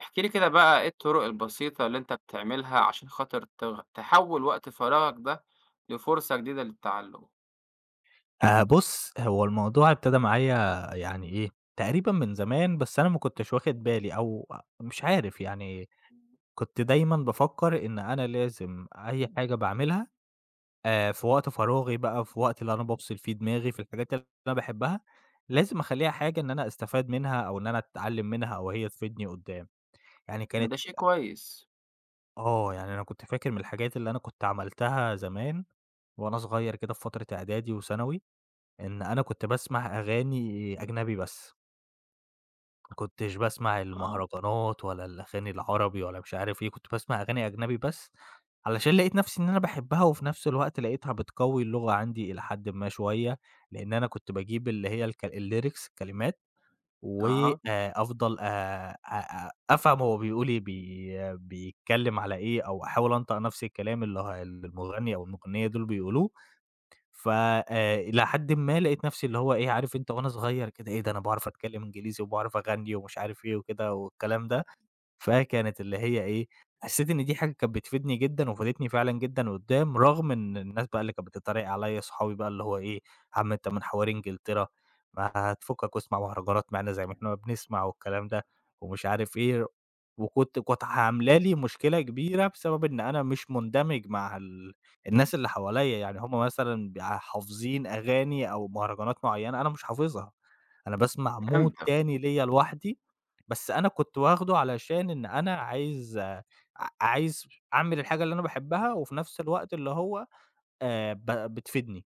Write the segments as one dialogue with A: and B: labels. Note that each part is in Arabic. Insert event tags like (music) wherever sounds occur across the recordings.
A: احكِ لي كده بقى إيه الطرق البسيطة اللي أنت بتعملها عشان خاطر تحوّل وقت فراغك ده لفرصة جديدة للتعلُّم؟
B: بُص، هو الموضوع ابتدى معايا يعني إيه، تقريبًا من زمان، بس أنا ما كنتش واخد بالي أو مش عارف، يعني كنت دايمًا بافكّر إن أنا لازم أي حاجة باعملها في وقت فراغي بقى، في وقت اللي أنا بافصل فيه دماغي في الحاجات اللي أنا باحبها، لازم أخلّيها حاجة إن أنا أستفاد منها أو إن أنا أتعلّم منها أو هي تفيدني قُدّام. يعني
A: طب ما
B: كانت
A: ده شيء كويس.
B: يعني أنا كنت فاكر من الحاجات اللي أنا كنت عملتها زمان وأنا صغير كده في فترة إعدادي وثانوي، إن أنا كنت باسمع أغاني أجنبي بس. ما كنتش باسمع
A: آه،
B: المهرجانات ولا الأغاني العربي ولا مش عارف إيه، كنت باسمع أغاني أجنبي بس، علشان لقيت نفسي إن أنا باحبها وفي نفس الوقت لقيتها بتقوي اللغة عندي إلى حدٍ ما شوية، لإن أنا كنت باجيب اللي هي الlyrics الكلمات، و
A: أها،
B: آآ أفضل أ أ أفهم هو بيقول إيه، بيتكلم على إيه، أو أحاول أنطق نفس الكلام اللي المغني أو المغنية دول بيقولوه. ف إلى حدٍ ما لقيت نفسي اللي هو إيه، عارف أنت وأنا صغير كده إيه ده أنا باعرف أتكلم إنجليزي وباعرف أغني ومش عارف إيه وكده والكلام ده. فكانت اللي هي إيه، حسّيت إن دي حاجة كانت بتفيدني جدًا وفادتني فعلًا جدًا قدّام، رغم إن الناس بقى اللي كانت بتتريق عليّا صحابي بقى اللي هو إيه، "يا عم أنت من حواري إنجلترا، ما هتفكك واسمع مهرجانات معانا زي ما إحنا ما بنسمع." والكلام ده ومش عارف إيه، كانت عاملة لي مشكلة كبيرة بسبب إن أنا مش مندمج مع الناس اللي حواليّا، يعني هم مثلًا حافظين أغاني أو مهرجانات معيّنة أنا مش حافظها، أنا باسمع mood
A: فهمتك.
B: تاني ليّا لوحدي، بس أنا كنت واخده علشان إن أنا عايز، آه، ع عايز أعمل الحاجة اللي أنا باحبها، وفي نفس الوقت اللي هو ب بتفيدني.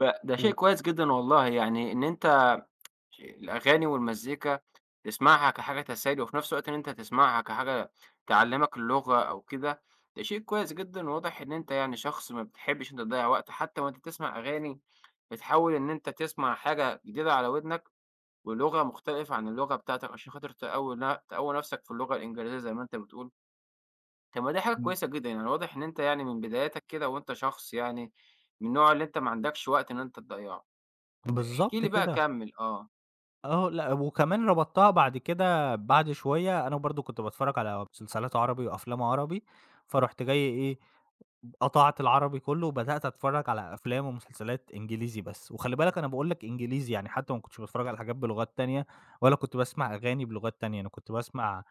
A: ده شيء
B: و
A: كويس جدًا والله، يعني إن أنت الأغاني والمزيكا تسمعها كحاجة تسالي وفي نفس الوقت إن أنت تسمعها كحاجة تعلّمك اللغة أو كده، ده شيء كويس جدًا وواضح إن أنت يعني شخص ما بتحبّش إن أنت تضيّع وقت، حتى وأنت بتسمع أغاني بتحاول إن أنت تسمع حاجة جديدة على ودنك ولغة مختلفة عن اللغة بتاعتك عشان خاطر تقوي نفسك في اللغة الإنجليزية زي ما أنت بتقول. طب ما دي حاجة كويسة جدًا، يعني واضح إن أنت يعني من بداياتك كده وأنت شخص يعني من النوع اللي أنت ما عندكش وقت إن أنت تضيّعه. طب احكِ
B: بالضبط
A: لي بقى
B: كده.
A: كمّل آه،
B: آه، لأ وكمان ربطتها بعد كده بعد شوية، أنا برضه كنت باتفرّج على مسلسلات عربي وأفلام عربي، فرُحت جاي إيه، قطعت العربي كلّه وبدأت أتفرّج على أفلام ومسلسلات إنجليزي بس، وخلّي بالك أنا باقول لك إنجليزي، يعني حتى ما كنتش باتفرّج على حاجات بلغات تانية، ولا كنت باسمع أغاني بلغات تانية، أنا كنت باسمع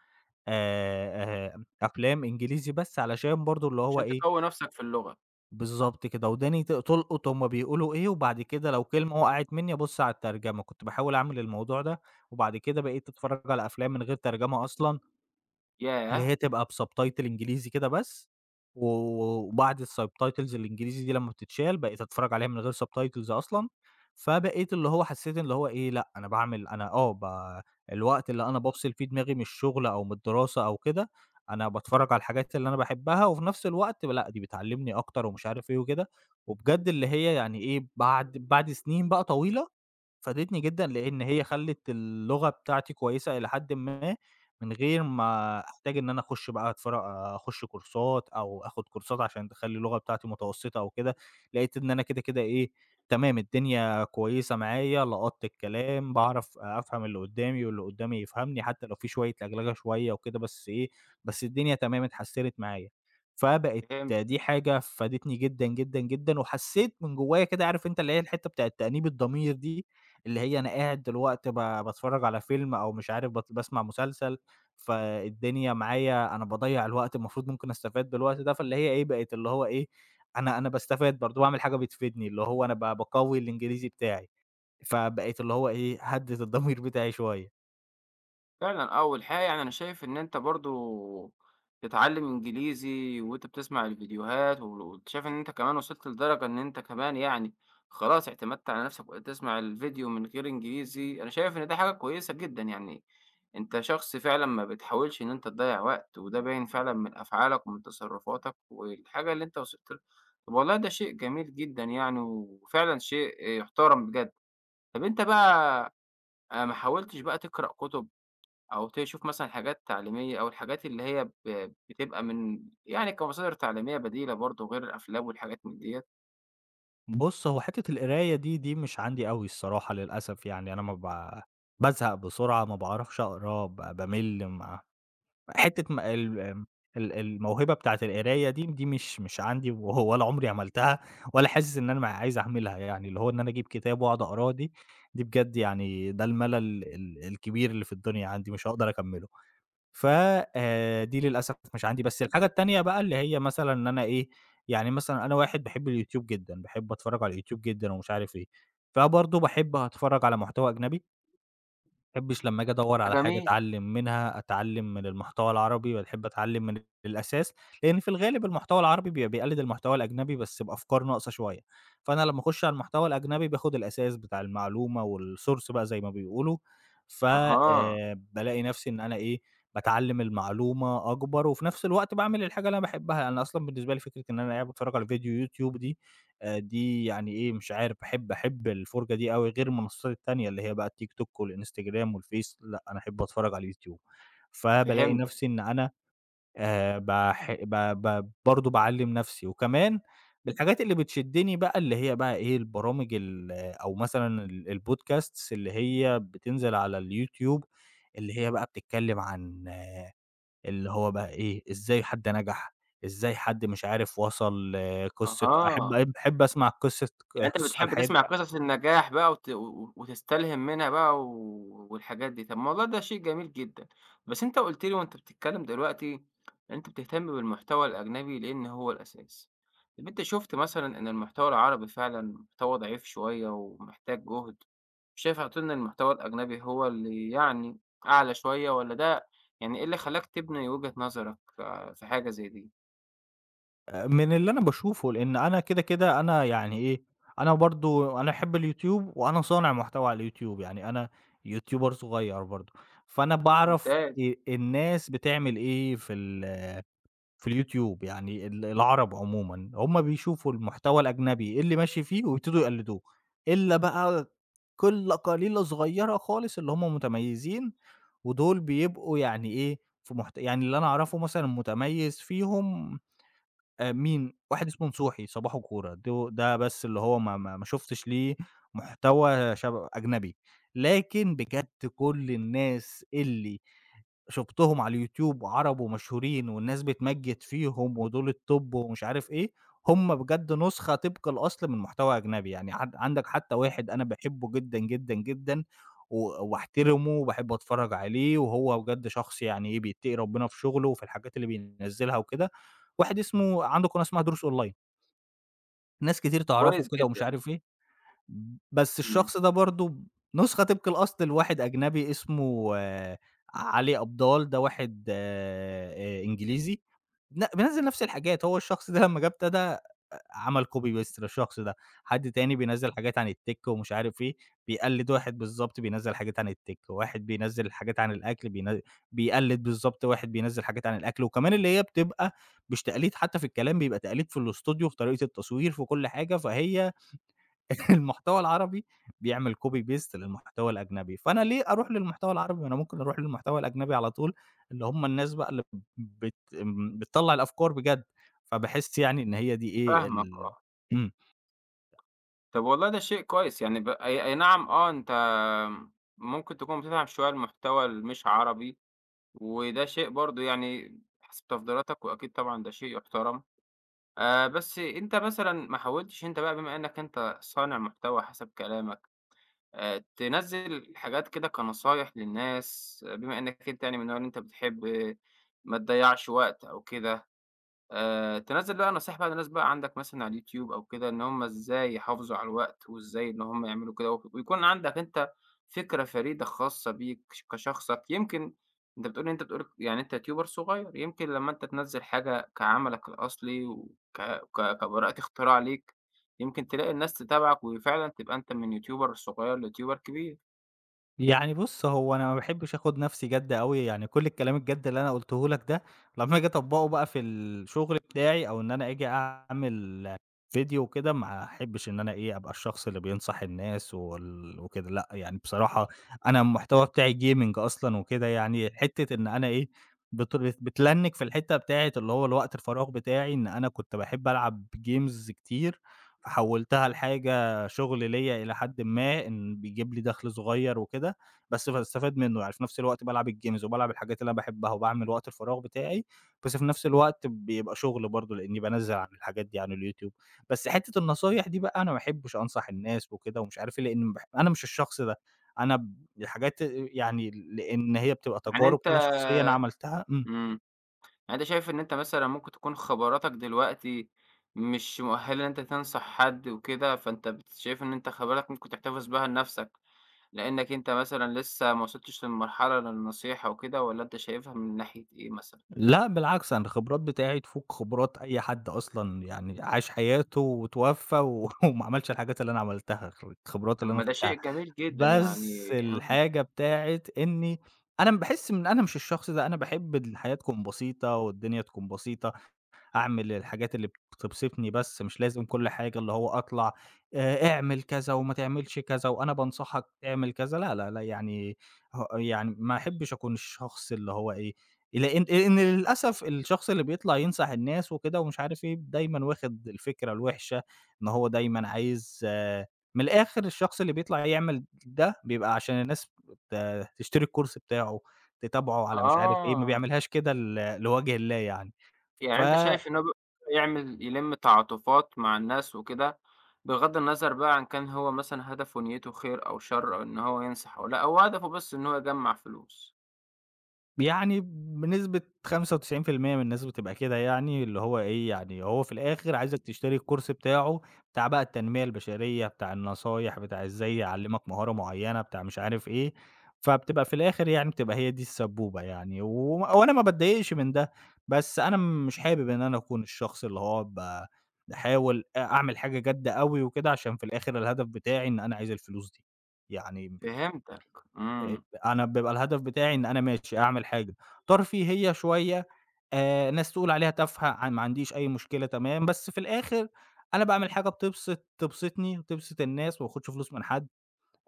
B: أفلام إنجليزي بس علشان برضه اللي هو
A: عشان
B: إيه،
A: تقوي نفسك في اللغة.
B: بالضبط كده، وداني تُلقُط هُم بيقولوا إيه، وبعد كده لو كلمة وقعت منّي أبُص على الترجمة، كنت باحاول أعمل الموضوع ده، وبعد كده بقيت أتفرّج على أفلام من غير ترجمة أصلًا، اللي
A: ياه!
B: هي تبقى بsubtitle إنجليزي كده بس، و وبعد الsubtitles الإنجليزي دي لمّا بتتشال، بقيت أتفرّج عليها من غير subtitles أصلًا، فبقيت اللي هو حسّيت اللي هو إيه، لأ، أنا باعمل أنا آه، ب الوقت اللي أنا بافصل فيه دماغي من الشغل أو من الدراسة أو كده، أنا باتفرّج على الحاجات اللي أنا باحبها، وفي نفس الوقت لأ، دي بتعلّمني أكتر ومش عارف إيه وكده، وبجد اللي هي يعني إيه، بعد سنين بقى طويلة فادتني جدًا، لإن هي خلّت اللغة بتاعتي كويسة إلى حدٍ ما، من غير ما أحتاج إن أنا أخُش بقى أخُش كورسات أو آخُد كورسات عشان تخلّي اللغة بتاعتي متوسطة أو كده، لقيت إن أنا كده، كده إيه، تمام الدنيا كويسة معايا، لقطت الكلام، باعرف أفهم اللي قدّامي واللي قدّامي يفهمني، حتى لو في شوية لجلجة شوية وكده، بس الدنيا تمام اتحسّنت معايا. فبقت دي
A: فهمت.
B: حاجة فادتني جدًا، جدًا، جدًا، وحسّيت من جوّايا كده، عارف أنت اللي هي الحتّة بتاعة تأنيب الضمير دي؟ اللي هي أنا قاعد دلوقتي باتفرّج على فيلم أو مش عارف باسمع مسلسل، فالدنيا معايا أنا باضيّع الوقت المفروض ممكن أستفاد بالوقت ده، فاللي هي إيه، بقت اللي هو إيه، أنا باستفاد برضه، باعمل حاجة بتفيدني، اللي هو أنا باقوّي الإنجليزي بتاعي، فبقيت اللي هو إيه، هدِّت الضمير بتاعي شوية.
A: فعلًا آه، والحقيقة يعني أنا شايف إن أنت برضه تتعلّم إنجليزي وأنت بتسمع الفيديوهات، وأنت شايف إن أنت كمان وصلت لدرجة إن أنت كمان يعني خلاص اعتمدت على نَفْسك وبقيت تسمع الفيديو من غير إنجليزي، أنا شايف إن دي حاجة كويسة جدًا يعني، أنت شخص فعلًا ما بتحاولش إن أنت تضيّع وقت، وده باين فعلًا من أفعالك ومن تصرفاتك والحاجة اللي أنت وصلت لها. طَب والله ده شيء جميل جدًا يعني وفعلًا شيء يُحترم بجد. طَب أنت بقى ما حاولتش بقى تقرأ كُتب؟ أو تشوف مثلًا حاجات تعليمية أو الحاجات اللي هي بتبقى من يعني كمصادر تعليمية بديلة برضه غير الأفلام والحاجات من ديّة.
B: بُص، هو حتّة القراية دي، دي مش عندي أوي الصراحة للأسف يعني، أنا ما ب بازهق بسرعة، ما باعرفش أقرا، بامِل، ما حتّة م ال آمم ال الموهبة بتاعة القراية دي، دي مش عندي ولا عمري عملتها ولا حاسس إن أنا عايز أعملها يعني، اللي هو إن أنا أجيب كتاب وأقعد أقراه دي، دي بجد يعني ده الملل الكبير اللي في الدنيا عندي مش هاقدر أكمّله. ف دي للأسف مش عندي، بس الحاجة التانية بقى اللي هي مثلًا إن أنا إيه، يعني مثلًا أنا واحد باحب اليوتيوب جدًا، باحب أتفرّج على اليوتيوب جدًا ومش عارف إيه، فبرضه باحب أتفرّج على محتوى أجنبي، ما باحبش لمّا آجي أدوّر
A: ده
B: على حاجة
A: جميل.
B: أتعلّم منها، أتعلّم من المحتوى العربي، باحب أتعلّم من الأساس، لإن في الغالب المحتوى العربي بيبقى بيقلد المحتوى الأجنبي بس بأفكار ناقصة شوية، فأنا لمّا أخش على المحتوى الأجنبي باخد الأساس بتاع المعلومة والsource بقى زي ما بيقولوا، ف
A: أها،
B: بالاقي نفْسي إن أنا إيه، باتعلّم المعلومة أكبر، وفي نفْس الوقت باعمل الحاجة اللي أنا باحبها، أنا أصلًا بالنسبة لي فكرة إن أنا قاعد باتفرّج على فيديو يوتيوب دي، دي يعني إيه، مش عارف أحب الفرجة دي أوي غير المنصات التانية اللي هي بقى التيك توك والإنستجرام والفيس، لأ أنا أحب أتفرج على اليوتيوب. فبالاقي
A: فهمتك.
B: نفسي إن أنا باح ب ب برضه باعلّم نفسي، وكمان بالحاجات اللي بتشدني بقى اللي هي بقى إيه، البرامج ال أو مثلًا البودكاستس اللي هي بتنزل على اليوتيوب، اللي هي بقى بتتكلم عن اللي هو بقى إيه، إزاي حد نجح، إزاي حد مش عارف وصل، قصة أحب
A: أها.
B: أ باحب أسمع قصة،
A: يعني أنت
B: قصص على
A: بتحب
B: الحياة
A: تسمع
B: بقى
A: قصص النجاح بقى وت و وتستلهم منها بقى و والحاجات دي، طب ما والله ده شيء جميل جدًا، بس أنت قُلت لي وأنت بتتكلم دلوقتي إن أنت بتهتم بالمحتوى الأجنبي لإن هو الأساس، طب أنت شُفت مثلًا إن المحتوى العربي فعلًا محتوى ضعيف شوية ومحتاج جهد، شايف على طول إن المحتوى الأجنبي هو اللي يعني أعلى شوية والّا ده يعني إيه اللي خلاك تبني وجهة نظرك آه، في حاجة زي دي؟
B: من اللي أنا باشوفه، لإن أنا كده، كده أنا يعني إيه، أنا برضه باحب اليوتيوب وأنا صانع محتوى على اليوتيوب، يعني أنا يوتيوبر صغير برضه، فأنا باعرف
A: ممتاز،
B: الناس بتعمل إيه في في اليوتيوب، يعني العرب عمومًا، هُم بيشوفوا المحتوى الأجنبي إيه اللي ماشي فيه ويبتدوا يقلدوه، إلا بقى قِلّة قليلة صغيّرة خالص اللي هُم متميزين، ودول بيبقوا يعني إيه، في محت يعني اللي أنا أعرفه مثلًا متميز فيهم، مين، واحد اسمه نصوحي صباحو كورة، ده بس اللي هو ما شُفتش ليه محتوى أجنبي، لكن بجد كل الناس اللي شُفتهم على اليوتيوب عرب ومشهورين والناس بتمجّد فيهم ودول الtop ومش عارف إيه، هم بجد نسخة طبق الأصل من محتوى أجنبي، يعني عندك حتى واحد أنا باحبه جدًا، جدًا، جدًا و وباحترمه وباحب أتفرّج عليه وهو بجد شخص يعني إيه، بيتقي ربنا في شغله وفي الحاجات اللي بينزّلها وكده، واحد اسمه عنده قناة اسمها دروس أونلاين، ناس كتير تعرفه
A: كويس
B: كده ومش
A: جدًا،
B: عارف إيه، بس
A: إمم،
B: الشخص ده برضه نسخة طبق الأصل لواحد أجنبي اسمه علي أبضال، ده واحد إنجليزي، لأ بينزّل نفس الحاجات، هو الشخص ده لمّا جه ابتدى عمل copy paste للشخص ده، حد تاني بينزّل حاجات عن الtech ومش عارف إيه، بيقلِّد واحد بالضبط بينزّل حاجات عن الtech، واحد بينزّل حاجات عن الأكل بيقلِّد بالضبط واحد بينزّل حاجات عن الأكل، وكمان اللي هي بتبقى مش تقليد حتى في الكلام، بيبقى تقليد في الإستوديو، في طريقة التصوير، في كل حاجة، فهي (laughs) المحتوى العربي بيعمل copy paste للمحتوى الأجنبي، فأنا ليه أروح للمحتوى العربي؟ ما أنا ممكن أروح للمحتوى الأجنبي على طول، اللي هم الناس بقى اللي بت بتطلّع الأفكار بجد، فباحس يعني إن هي دي إيه
A: فاهمك
B: ال
A: آه.
B: أ إمم.
A: طب والله ده شيء كويس يعني ب أي أي نعم آه، أنت ممكن تكون بتدعم شوية المحتوى المش عربي، وده شيء برضه يعني حسب تفضيلاتك وأكيد طبعًا ده شيء يُحترم، بس أنت مثلًا ما حاولتش أنت بقى بما إنك أنت صانع محتوى حسب كلامك، تنزّل حاجات كده كنصايح للناس آه، بما إنك أنت يعني من النوع اللي أنت بتحب آه، ما تضيّعش وقت أو كده. تنزّل بقى نصايح بقى للناس بقى عندك مثلًا على اليوتيوب أو كده، إن هم إزاي يحافظوا على الوقت، وإزاي إن هم يعملوا كده، ويكون عندك أنت فكرة فريدة خاصة بيك كشخصك، يمكن أنت بتقول يعني أنت يوتيوبر صغير، يمكن لمّا أنت تنزّل حاجة كعملك الأصلي وك ك كبراءة اختراع ليك، يمكن تلاقي الناس تتابعك وفعلًا تبقى أنت من يوتيوبر صغير ليوتيوبر كبير،
B: يعني بُص، هو أنا ما باحبش آخُد نَفْسي جَد أوي، يعني كل الكلام الجَد اللي أنا قُلته لك ده لمّا آجي أطبّقه بقى في الشُغل بتاعي أو إن أنا آجي أعمل فيديو وكده، ما أحبش إن أنا إيه، أبقى الشخص اللي بينصح الناس وكده، لأ، يعني بصراحة أنا المحتوى بتاعي gaming أصلًا وكده، يعني حتّة إن أنا إيه، بتلنِّك في الحتّة بتاعة اللي هو الوقت الفراغ بتاعي، إن أنا كنت باحب ألعب games كتير، فحوّلتها لحاجة شغل ليّا إلى حدٍ ما، إن بيجيب لي دخل صغير وكده، بس باستفاد منه يعني، في نفس الوقت بالعب الجيمز وبالعب الحاجات اللي أنا باحبها وباعمل وقت الفراغ بتاعي، بس في نفس الوقت بيبقى شغل برضه، لإني بانزّل عن الحاجات دي على اليوتيوب. بس حتّة النصايح دي بقى أنا ما باحبش أنصح الناس وكده ومش عارف إيه، لإن أنا مش الشخص ده، أنا الحاجات يعني لإن هي بتبقى
A: يعني
B: تجارب
A: أنت
B: كده شخصية أنا عملتها.
A: إمم. يعني أنت شايف إن أنت مثلًا ممكن تكون خبراتك دلوقتي مش مؤهلة إن أنت تنصح حد وكده، فأنت شايف إن أنت خبراتك ممكن تحتفظ بها لنفسك، لإنك أنت مثلًا لسه ما وصلتش للمرحلة للنصيحة وكده، والّا أنت شايفها من ناحية إيه مثلًا؟
B: لأ بالعكس، أنا الخبرات بتاعي تفوق خبرات أي حد أصلًا، يعني عاش حياته واتوفى و (laughs) وما عملش الحاجات اللي أنا عملتها، الخبرات
A: طب
B: اللي أنا
A: ما ده
B: خدتها،
A: شيء جميل جدًا
B: بس
A: يعني إمم،
B: الحاجة بتاعة إني أنا باحس إن أنا مش الشخص ده، أنا باحب الحياة تكون بسيطة والدنيا تكون بسيطة. أعمل الحاجات اللي بتبسطني بس، مش لازم كل حاجة اللي هو أطلع، اعمل كذا وما تعملش كذا وأنا بانصحك تعمل كذا، لا، لا، لا، يعني ه يعني ما أحبش أكون الشخص اللي هو إيه، لإن للأسف الشخص اللي بيطلع ينصح الناس وكده ومش عارف إيه، دايمًا واخد الفكرة الوحشة إن هو دايمًا عايز، من الآخر الشخص اللي بيطلع يعمل ده بيبقى عشان الناس ت تشتري الكورس بتاعه، تتابعه على مش عارف إيه، ما
A: آه،
B: بيعملهاش كده لوجه الله يعني. ف
A: يعني أنت شايف إن هو يعمل يلم تعاطفات مع الناس وكده، بغض النظر بقى عن كان هو مثلًا هدفه نيته خير أو شر أو إن هو ينصح أو لأ، هو هدفه بس إن هو يجمّع فلوس.
B: يعني بنسبة 95% من الناس بتبقى كده يعني، اللي هو إيه، يعني هو في الآخر عايزك تشتري الكورس بتاعه، بتاع بقى التنمية البشرية، بتاع النصايح، بتاع إزاي يعلّمك مهارة معيّنة، بتاع مش عارف إيه، فبتبقى في الآخر يعني بتبقى هي دي السبوبة يعني، و وأنا ما باتضايقش من ده، بس أنا مش حابب إن أنا أكون الشخص اللي هو باحاول أعمل حاجة جادة أوي وكده، عشان في الآخر الهدف بتاعي إن أنا عايز الفلوس دي، يعني
A: فهمتك،
B: آآ
A: إمم،
B: أنا بيبقى الهدف بتاعي إن أنا ماشي أعمل حاجة ترفيهية شوية، ناس تقول عليها تافهة، ما عنديش أي مشكلة تمام، بس في الآخر أنا باعمل حاجة تبسطني وتبسط الناس، ما باخدش فلوس من حد،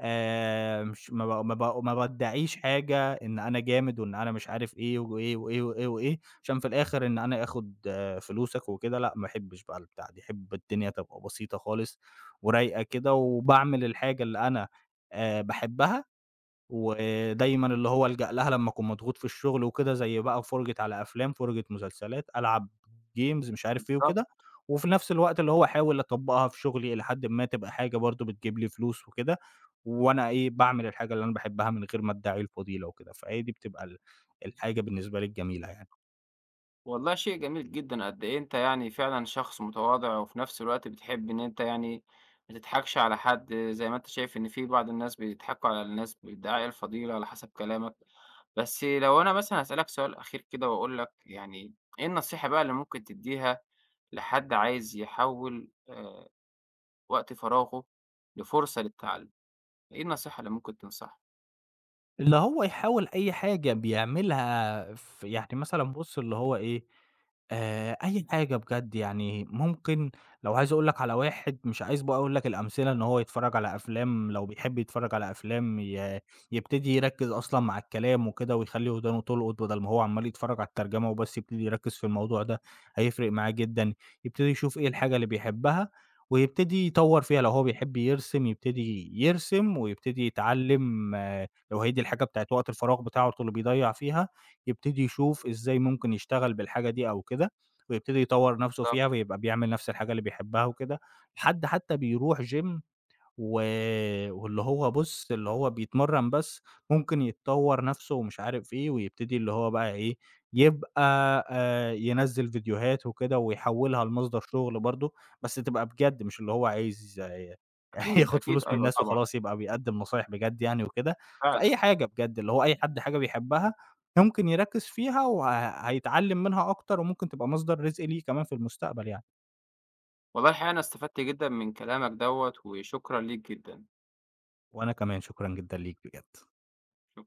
B: مش ما ب ما ب ما بادّعيش حاجة إن أنا جامد وإن أنا مش عارف إيه وإيه وإيه وإيه وإيه، عشان في الآخر إن أنا آخد فلوسك وكده لأ، ما احبش بقى البتاع دي، احب الدنيا تبقى بسيطة خالص ورايقة كده، وباعمل الحاجة اللي أنا باحبها، ودايمًا اللي هو ألجأ لها لمّا أكون مضغوط في الشغل وكده، زي بقى فُرجة على أفلام، فُرجة مسلسلات، ألعب games مش عارف إيه
A: بالضبط،
B: وكده، وفي نفس الوقت اللي هو أحاول أطبّقها في شغلي إلى حدٍ ما تبقى حاجة برضه بتجيب لي فلوس وكده، وأنا إيه، باعمل الحاجة اللي أنا باحبها من غير ما أدّعي الفضيلة وكده، فهي دي بتبقى الحاجة بالنسبة لي الجميلة يعني.
A: والله شيء جميل جدًا، قد إيه أنت يعني فعلًا شخص متواضع، وفي نفس الوقت بتحب إن أنت يعني ما تضحكش على حد، زي ما أنت شايف إن في بعض الناس بيضحكوا على الناس بإدعاء الفضيلة على حسب كلامك، بس لو أنا مثلًا هاسألك سؤال أخير كده وأقول لك يعني إيه النصيحة بقى اللي ممكن تدّيها لحد عايز يحوّل وقت فراغه لفرصة للتعلم، إيه النصيحة اللي ممكن تنصحها؟
B: اللي هو يحاول أي حاجة بيعملها ف يعني مثلًا بُص اللي هو إيه، أي حاجة بجد يعني ممكن، لو عايز أقول لك على واحد مش عايز بقى أقول لك الأمثلة إن هو يتفرّج على أفلام، لو بيحب يتفرّج على أفلام يبتدي يركّز أصلًا مع الكلام وكده ويخلّي ودانه تلقط بدل ما هو عمّال يتفرّج على الترجمة وبس يبتدي يركّز في الموضوع ده، هيفرق معاه جدًا، يبتدي يشوف إيه الحاجة اللي بيحبها ويبتدي يطوّر فيها، لو هو بيحب يرسم يبتدي يرسم ويبتدي يتعلّم لو هي دي الحاجة بتاعة وقت الفراغ بتاعته اللي بيضيّع فيها، يبتدي يشوف إزاي ممكن يشتغل بالحاجة دي أو كده، ويبتدي يطوّر نَفْسه
A: بالضبط،
B: فيها ويبقى بيعمل نَفْس الحاجة اللي بيحبها وكده، لحد حتى بيروح gym و واللي هو بُص، اللي هو بيتمرّن بس ممكن يتطوّر نَفْسه ومش عارف إيه، ويبتدي اللي هو بقى إيه، يبقى ينزّل فيديوهات وكده ويحوّلها لمصدر شُغل برضه، بس تبقى بجد مش اللي هو عايز (laughs)
A: أكيد،
B: ياخُد
A: أكيد،
B: فلوس من
A: أيوه
B: الناس
A: طبعًا،
B: وخلاص يبقى بيقدّم نصايح بجد يعني وكده،
A: فعلًا.
B: فأي حاجة بجد، اللي هو أي حد حاجة بيحبّها ممكن يركّز فيها هيتعلّم منها أكتر وممكن تبقى مصدر رزق ليه كمان في المستقبل يعني،
A: والله الحقيقة أنا استفدت جدًا من كلامك دوّة، وشكرًا ليك جدًا.
B: وأنا كمان شكرًا جدًا ليك بجد.
A: شك